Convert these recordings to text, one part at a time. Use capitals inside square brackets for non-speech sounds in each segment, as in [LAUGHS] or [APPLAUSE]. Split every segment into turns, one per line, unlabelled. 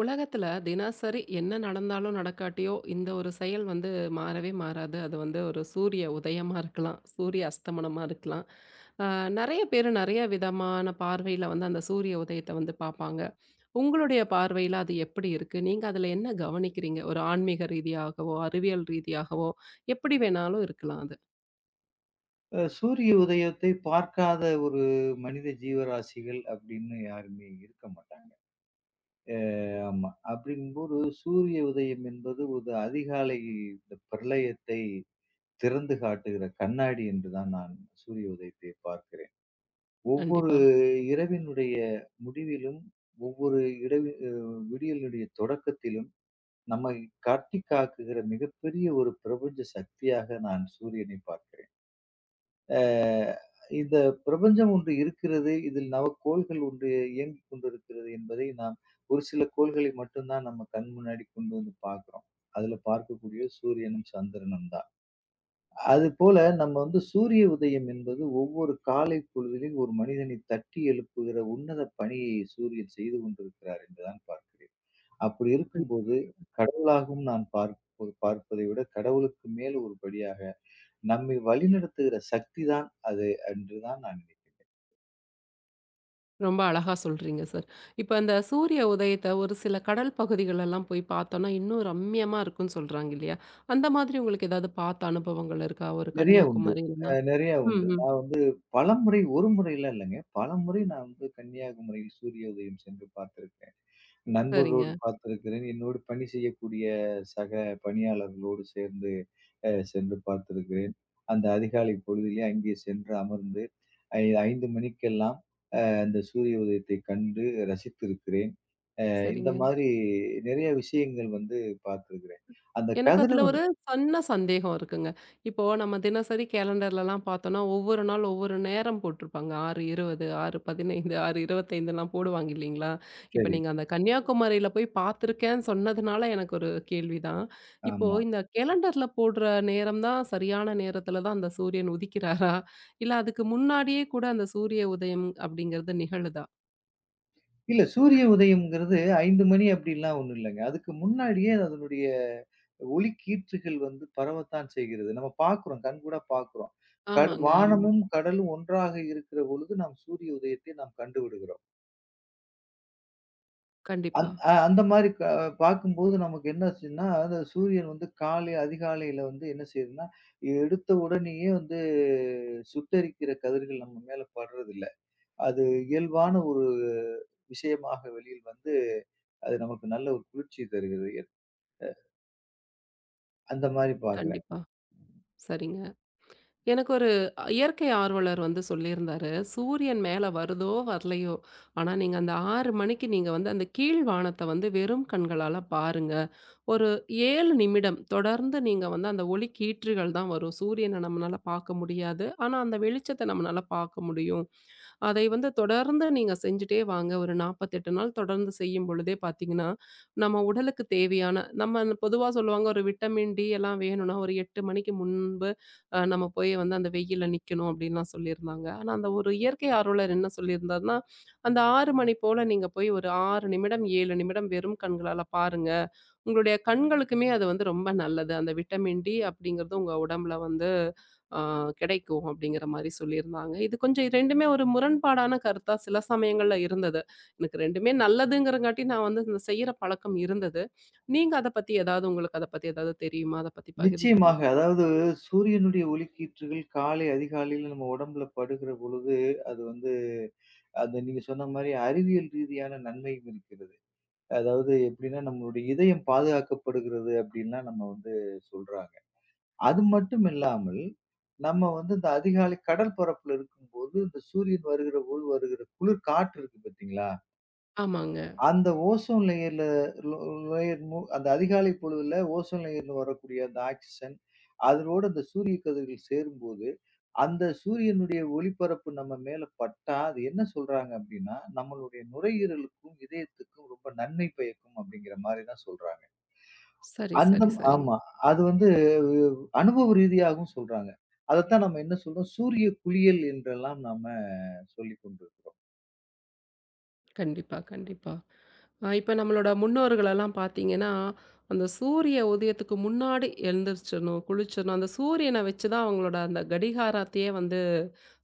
உலகத்துல தினசரி என்ன நடந்தாலும் நடக்காட்டியோ, இந்த ஒரு செயல் வந்து மாறவே மாறாது. அது வந்து ஒரு சூரிய உதயமா இருக்கலாம், சூரிய அஸ்தமனமா இருக்கலாம். அ நெறைய பேரு நெறைய விதமான பார்வையில வந்து அந்த சூரிய உதயத்த வந்து பாப்பாங்க. உங்களுடைய பார்வையில அது எப்படி இருக்கு? நீங்க அதுல என்ன கவனிக்கிறீங்க? ஒரு ஆன்மீக ரீதியாகவோ, அறிவியல் ரீதியாகவோ எப்படி வேணாலும் இருக்கலாம் அது.
சூரிய உதயத்தை பார்க்காத ஒரு மனித ஜீவராசிகள் அப்படின்னு யாருமே இருக்க மாட்டாங்க. அ ஆமா. அப்படிங்கும்போது சூரிய உதயம் என்பது ஒரு அதிகாலை இந்த பிரளயத்தை திறந்து காட்டுகிற கண்ணாடி என்று தான் நான் சூரிய உதயத்தை பார்க்கிறேன். ஒவ்வொரு
கண்டிப்பா.
இரவினுடைய முடிவிலும், ஒவ்வொரு இரவி அ விடியலுடைய தொடக்கத்திலும் நம்மை கட்டிக் காக்குகிற மிகப்பெரிய ஒரு பிரபஞ்ச சக்தியாக நான் சூரியனை பார்க்கிறேன். அ இந்த பிரபஞ்சம் ஒன்று இருக்கிறது. இதில் நவக்கோள்கள் ஒன்று இயங்கிக் கொண்டிருக்கிறது என்பதை நாம் ஒரு சில கோள்களை மட்டும் தான் நம்ம கண் முன்னாடி கொண்டு வந்து பார்க்கிறோம். அதுல பார்க்கக்கூடிய சூரியனும், சந்திரனும் தான். அதுபோல நம்ம வந்து சூரிய உதயம் என்பது ஒவ்வொரு காலை பொழுதிலும் ஒரு மனிதனை தட்டி எழுப்புகிற உன்னத பணியை சூரியன் செய்து கொண்டிருக்கிறார் என்றுதான் பார்க்கிறேன். அப்படி இருக்கும்போது கடவுளாகவும் நான் பார்ப்பதை விட கடவுளுக்கு மேல் ஒரு படியாக நம்மை வழிநடத்துகிற சக்திதான் அது என்றுதான் நான் நினைக்கிறேன்.
ரொம்ப அழகா சொல்றீங்க சார். இப்ப அந்த சூரிய உதயத்த ஒரு சில கடல் பகுதிகளெல்லாம் போய் பார்த்தோன்னா, இன்னும் ரம்மியமா இருக்குன்னு சொல்றாங்க இல்லையா? அந்த மாதிரி உங்களுக்கு ஏதாவது பார்த்த அனுபவங்கள் இருக்கா? ஒரு
நிறைய உண்டு.
கன்னியாகுமரி இல்லன்னா
நிறைய
ம்,
உண்டு.
ம்.
நான் பலமுறை, ஒரு முறைலாம் இல்லங்க. பலமுறை நான் வந்து கன்னியாகுமரியில் சூரிய உதயம் சென்று பார்த்திருக்கேன். நண்பர்களோடு
சரிங்க,
பார்த்திருக்கிறேன். என்னோடு பணி செய்யக்கூடிய சக பணியாளர்களோடு சேர்ந்து சென்று பார்த்திருக்கிறேன். அந்த அதிகாலை பொழுதிலே அங்கே சென்று அமர்ந்து, ஐ 5 மணிக்கெல்லாம் அந்த சூரிய உதயத்தை கண்டு ரசித்திருக்கிறேன். இந்த
சரிங்க.
மாதிரி நிறைய விஷயங்கள் வந்து பார்த்திருக்கிறேன். அந்த
எனக்கு அதுல
கதிரவன்
ஒரு சன்ன சந்தேகம் இருக்குங்க. இப்போ நம்ம தினசரி கேலண்டர்லலாம் பார்த்தோம்னா, ஒவ்வொரு நாள் ஒவ்வொரு நேரம் போட்டிருப்பாங்க. 6:20, 6:15, 6:25லாம் போடுவாங்க இல்லைங்களா? இப்ப
சரி.
நீங்க அந்த கன்னியாகுமரியில போய் பார்த்துருக்கேன்னு சொன்னதுனால எனக்கு ஒரு கேள்விதான். இப்போ
ஆமா.
இந்த கேலண்டர்ல போடுற நேரம் தான் சரியான நேரத்துல தான் அந்த சூரியன் உதிக்கிறாரா? இல்ல அதுக்கு முன்னாடியே கூட அந்த சூரிய உதயம் அப்படிங்கிறது நிகழுதா?
இல்ல சூரிய உதயம்ங்கிறது 5 மணி அப்படிலாம் ஒண்ணும் இல்லங்க. அதுக்கு முன்னாடியே அதனுடைய ஒளிக்கீற்றுகள் வந்து பரவத்தான் செய்கிறது. நம்ம பார்க்கிறோம். கண்கூடா பார்க்கிறோம். கட
ஆமாங்க, ஆமா.
வானமும், கடலும் ஒன்றாக இருக்கிற பொழுது நாம் சூரிய உதயத்தை நாம் கண்டுவிடுகிறோம்.
கண்டிப்பா,
அந்த மாரி பார்க்கும்போது நமக்கு என்னாச்சுன்னா, அந்த சூரியன் வந்து காலை அதிகாலையில வந்து என்ன செய்யுதுன்னா, எடுத்த உடனேயே வந்து சுட்டெரிக்கிற கதிர்கள் நம்ம மேல படுறதில்ல. அது இயல்பான ஒரு விஷயமாக வெளியில் வந்து அது நமக்கு நல்ல ஒரு குளிர்ச்சி தருகிறது. அந்த மாரி பார்க்கிறேன்.
கண்டிப்பா. சரிங்க. எனக்கு ஒரு இயற்கை ஆர்வலர் வந்து சொல்லியிருந்தாரு, "சூரியன் மேல வருதோ, வரலையோ, ஆனா நீங்க அந்த 6 மணிக்கு நீங்க வந்து அந்த கீழ் வானத்த வந்து வெறும் கண்களால பாருங்க. ஒரு 7 நிமிடம் தொடர்ந்து நீங்க வந்து அந்த ஒளி கீற்றுகள் தான் வரும். சூரியன நம்மனால பார்க்க முடியாது. ஆனா, அந்த வெளிச்சத்த நம்மனால பார்க்க முடியும். அதை வந்து தொடர்ந்து நீங்க செஞ்சுட்டே வாங்க. ஒரு 48 நாள் தொடர்ந்து செய்யும் பொழுதே பார்த்தீங்கன்னா, நம்ம உடலுக்கு தேவையான நம்ம பொதுவா சொல்லுவாங்க ஒரு விட்டமின் டி எல்லாம் வேணும்னா, ஒரு 8 மணிக்கு முன்பு நம்ம போய் வந்து அந்த வெயில்ல நிக்கணும் அப்படின்லாம் சொல்லியிருந்தாங்க. ஆனா, அந்த ஒரு இயற்கை ஆர்வலர் என்ன சொல்லியிருந்தாருன்னா, அந்த 6 மணி போல நீங்க போய் ஒரு 6 நிமிடம், 7 நிமிடம் வெறும் கண்களால பாருங்க. உங்களுடைய கண்களுக்குமே அது வந்து ரொம்ப நல்லது. அந்த விட்டமின் டி அப்படிங்கிறது உங்க உடம்புல வந்து அ கிடைக்கும் அப்படிங்கிற மாரி சொல்லியிருந்தாங்க. இது கொஞ்சம் 2மே ஒரு முரண்பாடான கருத்தா சில சமயங்கள்ல இருந்தது. எனக்கு 2மே நல்லதுங்கிறங்காட்டி நான் வந்து இந்த செய்யற பழக்கம் இருந்தது. நீங்க அத பத்தி ஏதாவது உங்களுக்கு அத பத்தி ஏதாவது தெரியுமா? அத பத்தி பகிர்ந்துக்க
நிச்சயமாக.
முடியுமா?
அதாவது சூரியனுடைய ஒளிக்கீற்றுகள் காலை அதிகாலையில நம்ம உடம்புல படுகிற பொழுது, அது வந்து அது நீங்க சொன்ன மாரி அறிவியல் ரீதியான நன்மையும் இருக்கிறது. அதாவது எப்படின்னா, நம்மளுடைய இதயம் பாதுகாக்கப்படுகிறது அப்படின்லாம் நம்ம வந்து சொல்றாங்க. அது மட்டும் இல்லாமல், நம்ம வந்து இந்த அதிகாலை கடல் பரப்புல இருக்கும்போது, இந்த சூரியன் வருகிற போது வருகிற குளிர் காற்று இருக்கு பார்த்தீங்களா?
ஆமாங்க.
அந்த ஓசோன் லேயர்ல லோ லேயர் அந்த அதிகாலை பொழுதுல ஓசோன் லேயர்ல வரக்கூடிய அந்த ஆக்ஸிஜன், அதனோட அந்த சூரிய கதிர்கள் சேரும்போது, அந்த சூரியனுடைய ஒளிப்பரப்பு நம்ம மேல பட்டா, அது என்ன சொல்றாங்க அப்படின்னா, நம்மளுடைய நுரையீரலுக்கும், இதயத்துக்கும் ரொம்ப நன்மை பயக்கும் அப்படிங்கிற மாரி தான் சொல்றாங்க.
சரி,
அந்த
சரி, சரி.
ஆமா. அது வந்து அஹ், அனுபவ ரீதியாகவும் சொல்றாங்க. அதத்தான் நம்ம என்ன சொல்றோம், சூரிய குளியல் என்றெல்லாம் நாம சொல்லிக் கொண்டிருக்கிறோம்.
கண்டிப்பா, கண்டிப்பா. இப்ப நம்மளோட முன்னோர்களெல்லாம் பார்த்தீங்கன்னா, அந்த சூரிய உதயத்துக்கு முன்னாடி எழுந்திரிச்சிரணும், குளிச்சிரணும். அந்த சூரியன வச்சு தான் அவங்களோட அந்த கடிகாரத்தையே வந்து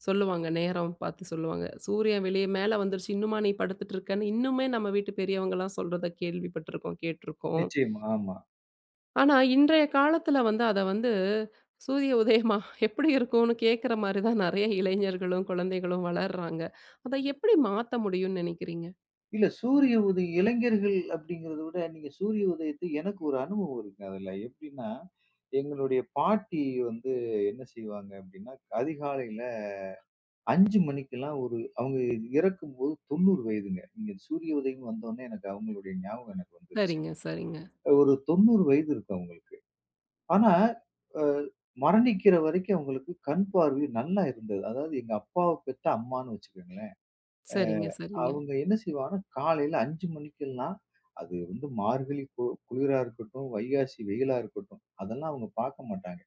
சொல்லுவாங்க. நேரம் பார்த்து சொல்லுவாங்க. சூரியன் வெளிய மேல வந்துருச்சு, இன்னுமா நீ படுத்துட்டு இருக்கன்னு இன்னுமே நம்ம வீட்டு பெரியவங்கலாம் சொல்றத கேள்விப்பட்டுருக்கோம், கேட்டுருக்கோம்.
நிச்சயமா. ஆமா.
ஆனா, இன்றைய காலத்துல வந்து அத வந்து சூரிய உதயமா எப்படி இருக்கும்னு கேட்கிற மாரி தான் நெறைய இளைஞர்களும், குழந்தைகளும் வளர்றாங்க. அத எப்படி மாத்த முடியும்னு நெனைக்கிறீங்க?
இல்ல சூரிய உதயம் இளைஞர்கள் அப்படிங்கிறத விட நீங்க சூரிய உதயத்தை எனக்கு ஒரு அனுபவம் இருக்குங்க அதுல. எப்படின்னா, எங்களுடைய பாட்டி வந்து என்ன செய்வாங்க அப்படின்னா, அதிகாலையில 5 மணிக்கெல்லாம் ஒரு அவங்க இறக்கும்போது 90 வயதுங்க. நீங்க சூரிய உதயம் வந்தோனே எனக்கு அவங்களுடைய ஞாபகம் எனக்கு வந்துருச்சு.
சரிங்க, சரிங்க.
ஒரு 90 வயது இருக்கும் அவங்களுக்கு. ஆனா, அ மரணிக்கிற வரைக்கும் அவங்களுக்கு கண் பார்வை நல்லா இருந்தது. அதாவது எங்க அப்பாவ பெத்த அம்மான்னு வச்சுக்கோங்களேன்.
சரிங்க, சரிங்க.
அவங்க என்ன செய்வாங்கன்னா, காலையில 5 மணிக்கெல்லாம் அது வந்து மார்கழி குளிரா இருக்கட்டும், வைகாசி வெயிலா இருக்கட்டும், அதெல்லாம் அவங்க பார்க்க மாட்டாங்க.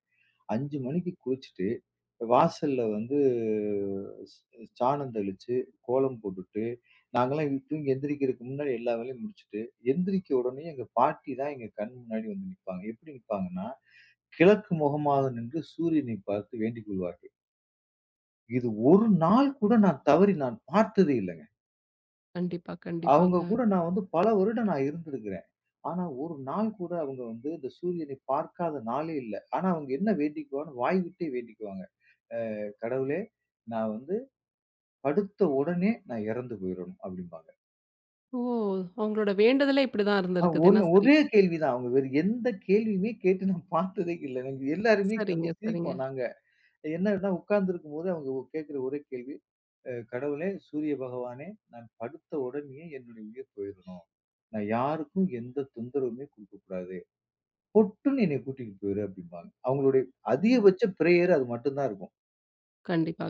5 மணிக்கு குளிச்சுட்டு, வாசல்ல வந்து ஸ் சாணம் தெளிச்சு, கோலம் போட்டுட்டு, நாங்கலாம் தூங்கி எந்திரிக்கிறதுக்கு முன்னாடி எல்லா வேலையும் முடிச்சுட்டு, எந்திரிக்க உடனே எங்க பாட்டி தான் எங்க கண் முன்னாடி வந்து நிப்பாங்க. எப்படி நிப்பாங்கன்னா, கிழக்கு முகமாக நின்று சூரியனை பார்த்து வேண்டிக் கொள்வார்கள். இது ஒரு நாள் கூட நான் தவறி பார்த்ததே இல்ல.
கண்டிப்பா,
அவங்க
கண்டிப்பாங்க.
கூட நான் வந்து பல வருடம் நான் இருந்திருக்கிறேன். ஆனா, ஒரு நாள் கூட அவங்க வந்து இந்த சூரியனை பார்க்காத நாளே இல்ல. ஆனா, அவங்க என்ன வேண்டிக்குவான்னு வாய் விட்டே வேண்டிக்குவாங்க. கடவுளே! நான் வந்து படுத்த உடனே நான் இறந்து போயிறணும் அப்டிம்பாங்க.
ஓ! அவங்களோட வேண்டுதலே இப்படிதான் இருந்திருக்கு
ஒண்ணு
தினசரி.
ஒரே கேள்வி தான். அவங்க வேற எந்த கேள்வியுமே கேட்டு நான் பார்த்ததே இல்ல. நாங்க எல்லாருமே
சரிங்க,
வந்து
சரிங்க.
சிரிப்போம் நாங்க. என்னன்னா உட்கார்ந்திருக்கும்போது அவங்க கேட்கிற ஒரே கேள்வி, கடவுளே! சூரிய பகவானே! நான் படுத்த உடனேயே என்னுடைய உயிர் போயிறணும். நான் யாருக்கும் எந்த தொந்தரவுமே குடுக்கக்கூடாது. பொட்டுன்னு என்னைய கூட்டிட்டு போயிரு அப்படிம்பாங்க. அவங்களுடைய
ம்.
அதிகபட்ச பிரேயர் அது மட்டும் தான் இருக்கும்.
கண்டிப்பா,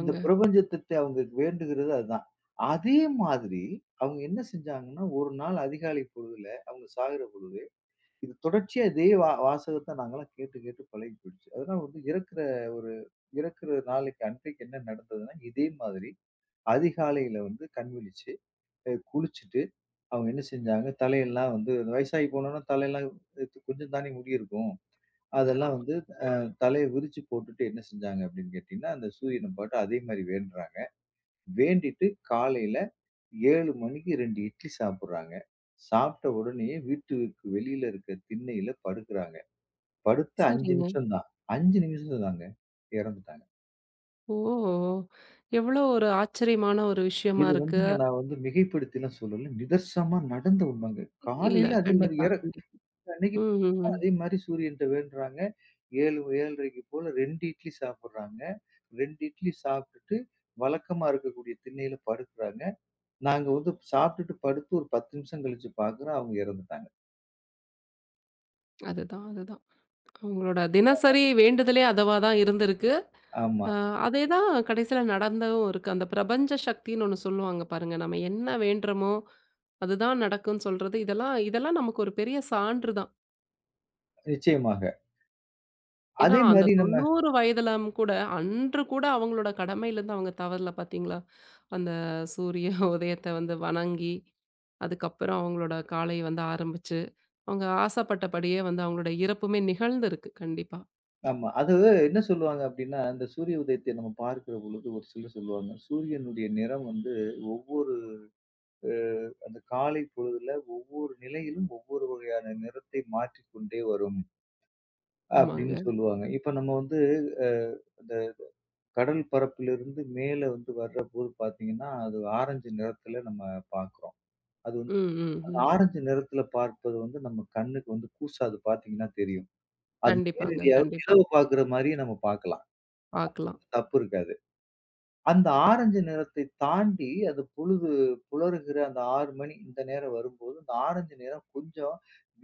இந்த பிரபஞ்சத்துட்ட அவங்க வேண்டுகிறது அதுதான். அதே மாதிரி அவங்க என்ன செஞ்சாங்கன்னா, ஒரு நாள் அதிகாலை பொழுதுல அவங்க சாகிற பொழுது, இது தொடர்ச்சியா இதே வாசகத்த நாங்கலாம் கேட்டு, கேட்டு பழகி போயிடுச்சு. அதெல்லாம் வந்து ஒரு இறக்குற நாளைக்கு அன்றைக்கு என்ன நடந்ததுன்னா, இதே மாதிரி அதிகாலையில வந்து கண் விழிச்சு, குளிச்சுட்டு அவங்க என்ன செஞ்சாங்க, தலையெல்லாம் வந்து வயசாகி போனோம்னா தலையெல்லாம் இது கொஞ்சம் தானே முடி இருக்கும். அதெல்லாம்
ஆமா.
வந்து அ தலைய விரிச்சு போட்டுட்டு என்ன செஞ்சாங்க அப்படின்னு கேட்டீங்கன்னா, அந்த சூரியன பாட்டு அதே மாரி வேண்டுறாங்க. வேண்டிட்டு காலையில 7 மணிக்கு 2 இட்லி சாப்பிடுறாங்க. சாப்பிட்ட உடனே வீட்டுக்கு வெளியில இருக்க திண்ணையில படுக்குறாங்க. படுத்த 5
சரிங்க.
நிமிஷம் தான். 5 நிமிஷம் தாங்க இறந்துட்டாங்க.
ஓ! எவ்வளோ ஒரு ஆச்சரியமான ஒரு விஷயமா
இது
இருக்கு.
வந்துங்க நான் வந்து மிகைப்படுத்திலாம் சொல்லல. நிதர்சனமா நடந்த உண்மைங்க.
இல்ல.
காலையில அதே மாரி
கண்டிப்பா,
இற
கண்டிப்பா.
அன்னைக்கு
ம், ம், ம்.
அதே மாரி சூரியன்ட்ட வேண்டுறாங்க. 7 7:30 போல 2 இட்லி சாப்பிடுறாங்க. 2 இட்லி சாப்பிட்டுட்டு வழக்கமா இருக்கக்கூடிய திண்ணையில படுக்குறாங்க. நாங்க வந்து சாப்பிட்டுட்டு படுத்து ஒரு 10 நிமிஷம் கழிச்சு பார்க்குறோம் அவங்க இறந்துட்டாங்க.
அதுதான், அதுதான். அவங்களோட தினசரி வேண்டுதலே அதுவா தான் இருந்திருக்கு.
ஆமா,
அ அதே தான் கடைசியில நடந்தும் இருக்கு. அந்த பிரபஞ்ச சக்தின்னு ஒண்ணு சொல்லுவாங்க பாருங்க. நம்ம என்ன வேண்டுறோமோ, அதுதான் நடக்கும்னு சொல்றது. இதெல்லாம் இதெல்லாம் நமக்கு ஒரு பெரிய சான்று தான்.
நிச்சயமாக.
ஏன்னா,
அதே
அந்த
மாரி நம்ம
90 வயதிலும் கூட, அன்று கூட அவங்களோட கடமையிலருந்து அவங்க தவறல பார்த்தீங்களா? அந்த சூரிய [LAUGHS] உதயத்த வந்து வணங்கி, அதுக்கப்புறம் அவங்களோட காலை வந்து ஆரம்பிச்சு, அவங்க ஆசைப்பட்டபடியே வந்து அவங்களோட இறப்புமே நிகழ்ந்திருக்கு. கண்டிப்பா.
ஆமா. அது என்ன சொல்லுவாங்க அப்டின்னா, இந்த சூரிய உதயத்தை நம்ம பார்க்கிற பொழுது ஒரு சிலர் சொல்லுவாங்க. சூரியனுடைய நிறம் வந்து ஒவ்வொரு அ அந்த காலை பொழுதுல ஒவ்வொரு நிலையிலும் ஒவ்வொரு வகையான நிறத்தை மாற்றிக்கொண்டே வரும். அப்படின்னு
ஆமாங்க.
சொல்லுவாங்க. இப்ப நம்ம வந்து அ இந்த கடல் பரப்பிலிருந்து மேல வந்து வர்றபோது பார்த்தீங்கன்னா, அது ஆரஞ்சு நிறத்துல நம்ம பார்க்குறோம். அது வந்து
ம், ம்,
அந்த
ம்.
ஆரஞ்சு நிறத்துல பார்ப்பது வந்து நம்ம கண்ணுக்கு வந்து கூசா அது பார்த்தீங்கன்னா தெரியும். அது
கண்டிப்பாங்க.
நேரடியா
கண்டிப்பா.
நிலவ பார்க்குற மாரியே நம்ம பார்க்கலாம்.
பார்க்கலாம்.
தப்பு இருக்காது. அந்த ஆரஞ்சு நிறத்தை தாண்டி அது பொழுது புலருகிற அந்த 6 மணி இந்த நேரம் வரும்போது, அந்த ஆரஞ்சு நிறம் கொஞ்சம்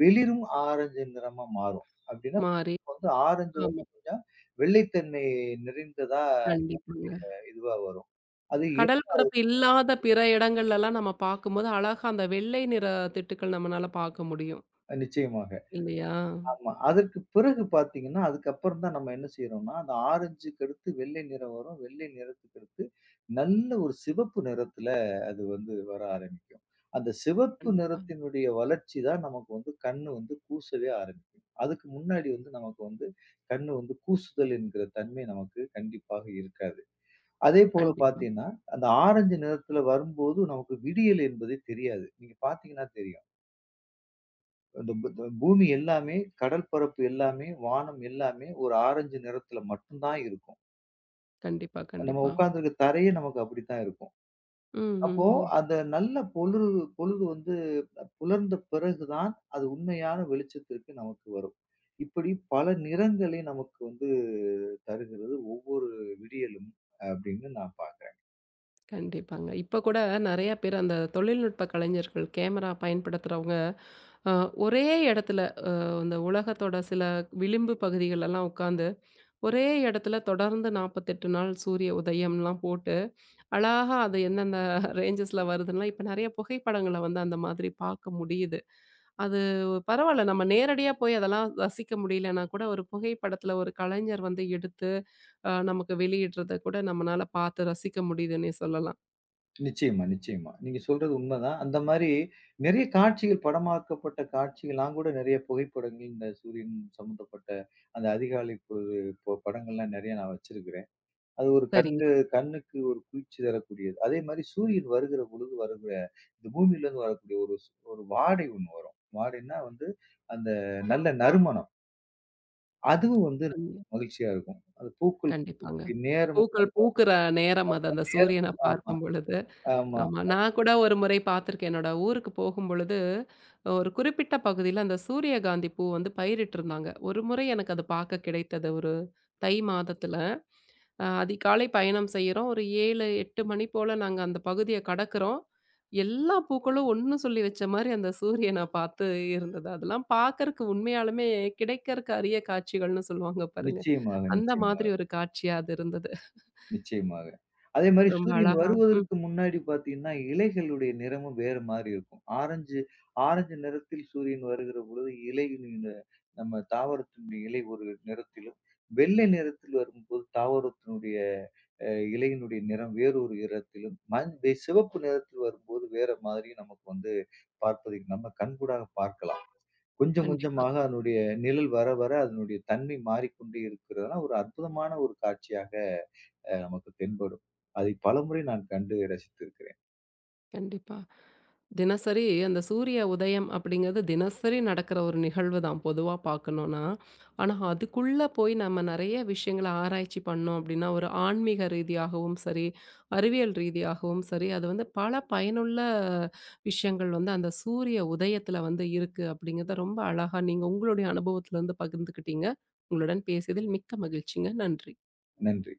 வெளிரும் ஆரஞ்சு நிறமா மாறும். அப்டின்னா
மாறி
வந்து ஆரஞ்சோட
ஆமா.
கொஞ்சம் வெள்ளைத்தன்மை நிறைந்ததா
கண்டிப்பாங்க.
இதுவா வரும். அது இ
கடல் பரப்பு இல்லாத பிற இடங்கள்லலாம் நம்ம பார்க்கும்போது, அழகா அந்த வெள்ளை நிற திட்டுக்கள் நம்மனால பார்க்க முடியும்.
நிச்சயமாக.
இல்லையா?
ஆமா. அதற்கு பிறகு பார்த்தீங்கன்னா, அதுக்கப்புறம் தான் நம்ம என்ன செய்றோம்னா, அந்த ஆரஞ்சுக்கு அடுத்து வெள்ளை நிறம் வரும். வெள்ளை நிறத்துக்கு அடுத்து நல்ல ஒரு சிவப்பு நிறத்துல அது வந்து வர ஆரம்பிக்கும். அந்த சிவப்பு
கண்டிப்பா.
நிறத்தினுடைய வளர்ச்சி தான் நமக்கு வந்து கண்ணு வந்து கூசவே ஆரம்பிக்கும். அதுக்கு முன்னாடி வந்து நமக்கு வந்து கண்ணு வந்து கூசுதல் என்கிற தன்மை நமக்கு கண்டிப்பாக இருக்காது. அதேபோல
கண்டிப்பா.
பார்த்தீங்கன்னா, அந்த ஆரஞ்சு நிறத்துல வரும்போது நமக்கு விடியல் என்பதே தெரியாது. நீங்க பார்த்தீங்கன்னா தெரியும். இந்த பு த பூமி எல்லாமே, கடல் பரப்பு எல்லாமே, வானம் எல்லாமே ஒரு ஆரஞ்சு நிறத்துல மட்டும் தான் இருக்கும்.
கண்டிப்பா,
நம்ம
கண்டிப்பா.
உட்கார்ந்திருக்க தரையே நமக்கு அப்படித்தான் இருக்கும்.
ம்,
அப்போ
ம், ம்.
அந்த நல்ல பொழுது பொழுது வந்து புலர்ந்த பிறகு தான் அது உண்மையான வெளிச்சத்திற்கு நமக்கு வரும். இப்படி பல நிறங்களை நமக்கு வந்து தருகிறது ஒவ்வொரு விடியலும் அப்படின்னு நான் பார்க்கிறேன்.
கண்டிப்பாங்க. இப்ப கூட நெறைய பேர் அந்த தொழில்நுட்ப கலைஞர்கள், கேமரா பயன்படுத்துறவங்க, அ ஒரே இடத்துல அ இந்த உலகத்தோட சில விளிம்பு பகுதிகளெல்லாம் உட்காந்து, ஒரே இடத்துல தொடர்ந்து 48 நாள் சூரிய உதயம்லாம் போட்டு அழகா அது எந்தெந்த ரேஞ்சஸ்ல வருதுன்னுலாம் இப்ப நெறைய புகைப்படங்கள வந்து அந்த மாதிரி பார்க்க முடியுது. அது பரவால்ல நம்ம நேரடியா போய் அதெல்லாம் ரசிக்க முடியலன்னா கூட, ஒரு புகைப்படத்துல ஒரு கலைஞர் வந்து எடுத்து நமக்கு வெளியிடுறத கூட நம்மனால பார்த்து ரசிக்க முடியுதுன்னே சொல்லலாம்.
நிச்சயமா, நிச்சயமா. நீங்க சொல்றது உண்மதான். அந்த மாரி நெறைய காட்சிகள் படமாக்கப்பட்ட காட்சிகள் நான் கூட நெறைய புகைப்படங்கள் இந்த சூரியன் சம்மந்தப்பட்ட அந்த அதிகாலை பொழுது படங்கள்லாம் நெறைய நான் வச்சிருக்கிறேன். அது ஒரு
சரிங்க.
கண்ணு கண்ணுக்கு ஒரு குளிர்ச்சி தரக்கூடியது. அதே மாரி சூரியன் வருகிற பொழுது வருகிற இந்த பூமியிலேருந்து வரக்கூடிய ஒரு வாடை ஒண்ணு வரும். வாடைன்னா வந்து அந்த நல்ல நறுமணம். அதுவும் வந்து
ம்.
மகிழ்ச்சியா இருக்கும். அது பூக்கள்
கண்டிப்பாங்க.
பூக்கக்கூடிய நேரமும்
பூக்கள்
அந்த
பூக்குற நேரம் அது அந்த சூரியன
நேரமும் ஆமா,
பார்க்கும் பொழுது.
ஆமா.
ஆமா. நான் கூட ஒரு முறை பார்த்துருக்கேன். என்னோட ஊருக்கு போகும்பொழுது, ஒரு குறிப்பிட்ட பகுதியில அந்த சூரியகாந்தி பூ வந்து பயிரிட்டிருந்தாங்க. ஒரு முறை எனக்கு அது பார்க்க கிடைத்தது. ஒரு தை மாதத்துல. அதிகாலை பயணம் செய்றோம். ஒரு 7, 8 மணி போல நாங்க அந்த பகுதிய கடக்குறோம். எல்லா பூக்களும் ஒண்ணு சொல்லி வச்ச மாரி அந்த சூரியன பார்த்து இருந்தது. அதெல்லாம் பார்க்கறக்கு உண்மையாலுமே கிடைக்கறக்கு அரிய காட்சிகள்னு சொல்லுவாங்க பாருங்க.
நிச்சயமாக,
அந்த
நிச்சயமா.
மாதிரி ஒரு காட்சியா அது இருந்தது.
நிச்சயமாக. அதே மாரி
ரொம்ப
சூரியன்
அழகா ம்.
வருவதற்கு முன்னாடி பார்த்தீங்கன்னா, இலைகளுடைய நிறமும் வேற மாரி இருக்கும். ஆரஞ்சு ஆரஞ்சு நிறத்தில் சூரியன் வருகிற பொழுது இலையின் இந்த நம்ம தாவரத்தினுடைய இலை ஒரு நிறத்திலும், வெள்ளை நிறத்தில் வரும்போது தாவரத்தினுடைய அ இலையினுடைய நிறம் வேறொரு நிறத்திலும், மஞ் வெ சிவப்பு நிறத்தில் வரும்போது வேற மாதிரி நமக்கு வந்து பார்ப்பதை நம்ம கண்கூடாக பார்க்கலாம். கொஞ்சம்
கண்டிப்பாங்க.
கொஞ்சமாக அதனுடைய நிழல் வர வர அதனுடைய தன்மை மாறிக்கொண்டே இருக்கிறதுனா, ஒரு அற்புதமான ஒரு காட்சியாக நமக்கு தென்படும். அதை பலமுறை நான் கண்டு ரசித்திருக்கிறேன்.
கண்டிப்பா. தினசரி அந்த சூரிய உதயம் அப்படிங்கிறது தினசரி நடக்கிற ஒரு நிகழ்வு தான் பொதுவா பார்க்கணும்னா. ஆனா, அதுக்குள்ள போய் நம்ம நெறைய விஷயங்கள ஆராய்ச்சி பண்ணோம் அப்படின்னா, ஒரு ஆன்மீக ரீதியாகவும் சரி, அறிவியல் ரீதியாகவும் சரி, அது வந்து பல பயனுள்ள விஷயங்கள் வந்து அந்த சூரிய உதயத்துல வந்து இருக்கு அப்படிங்கிறத ரொம்ப அழகா நீங்க உங்களுடைய அனுபவத்திலருந்து பகிர்ந்துக்கிட்டீங்க. உங்களுடன் பேசியதில் மிக்க மகிழ்ச்சிங்க. நன்றி.
நன்றி.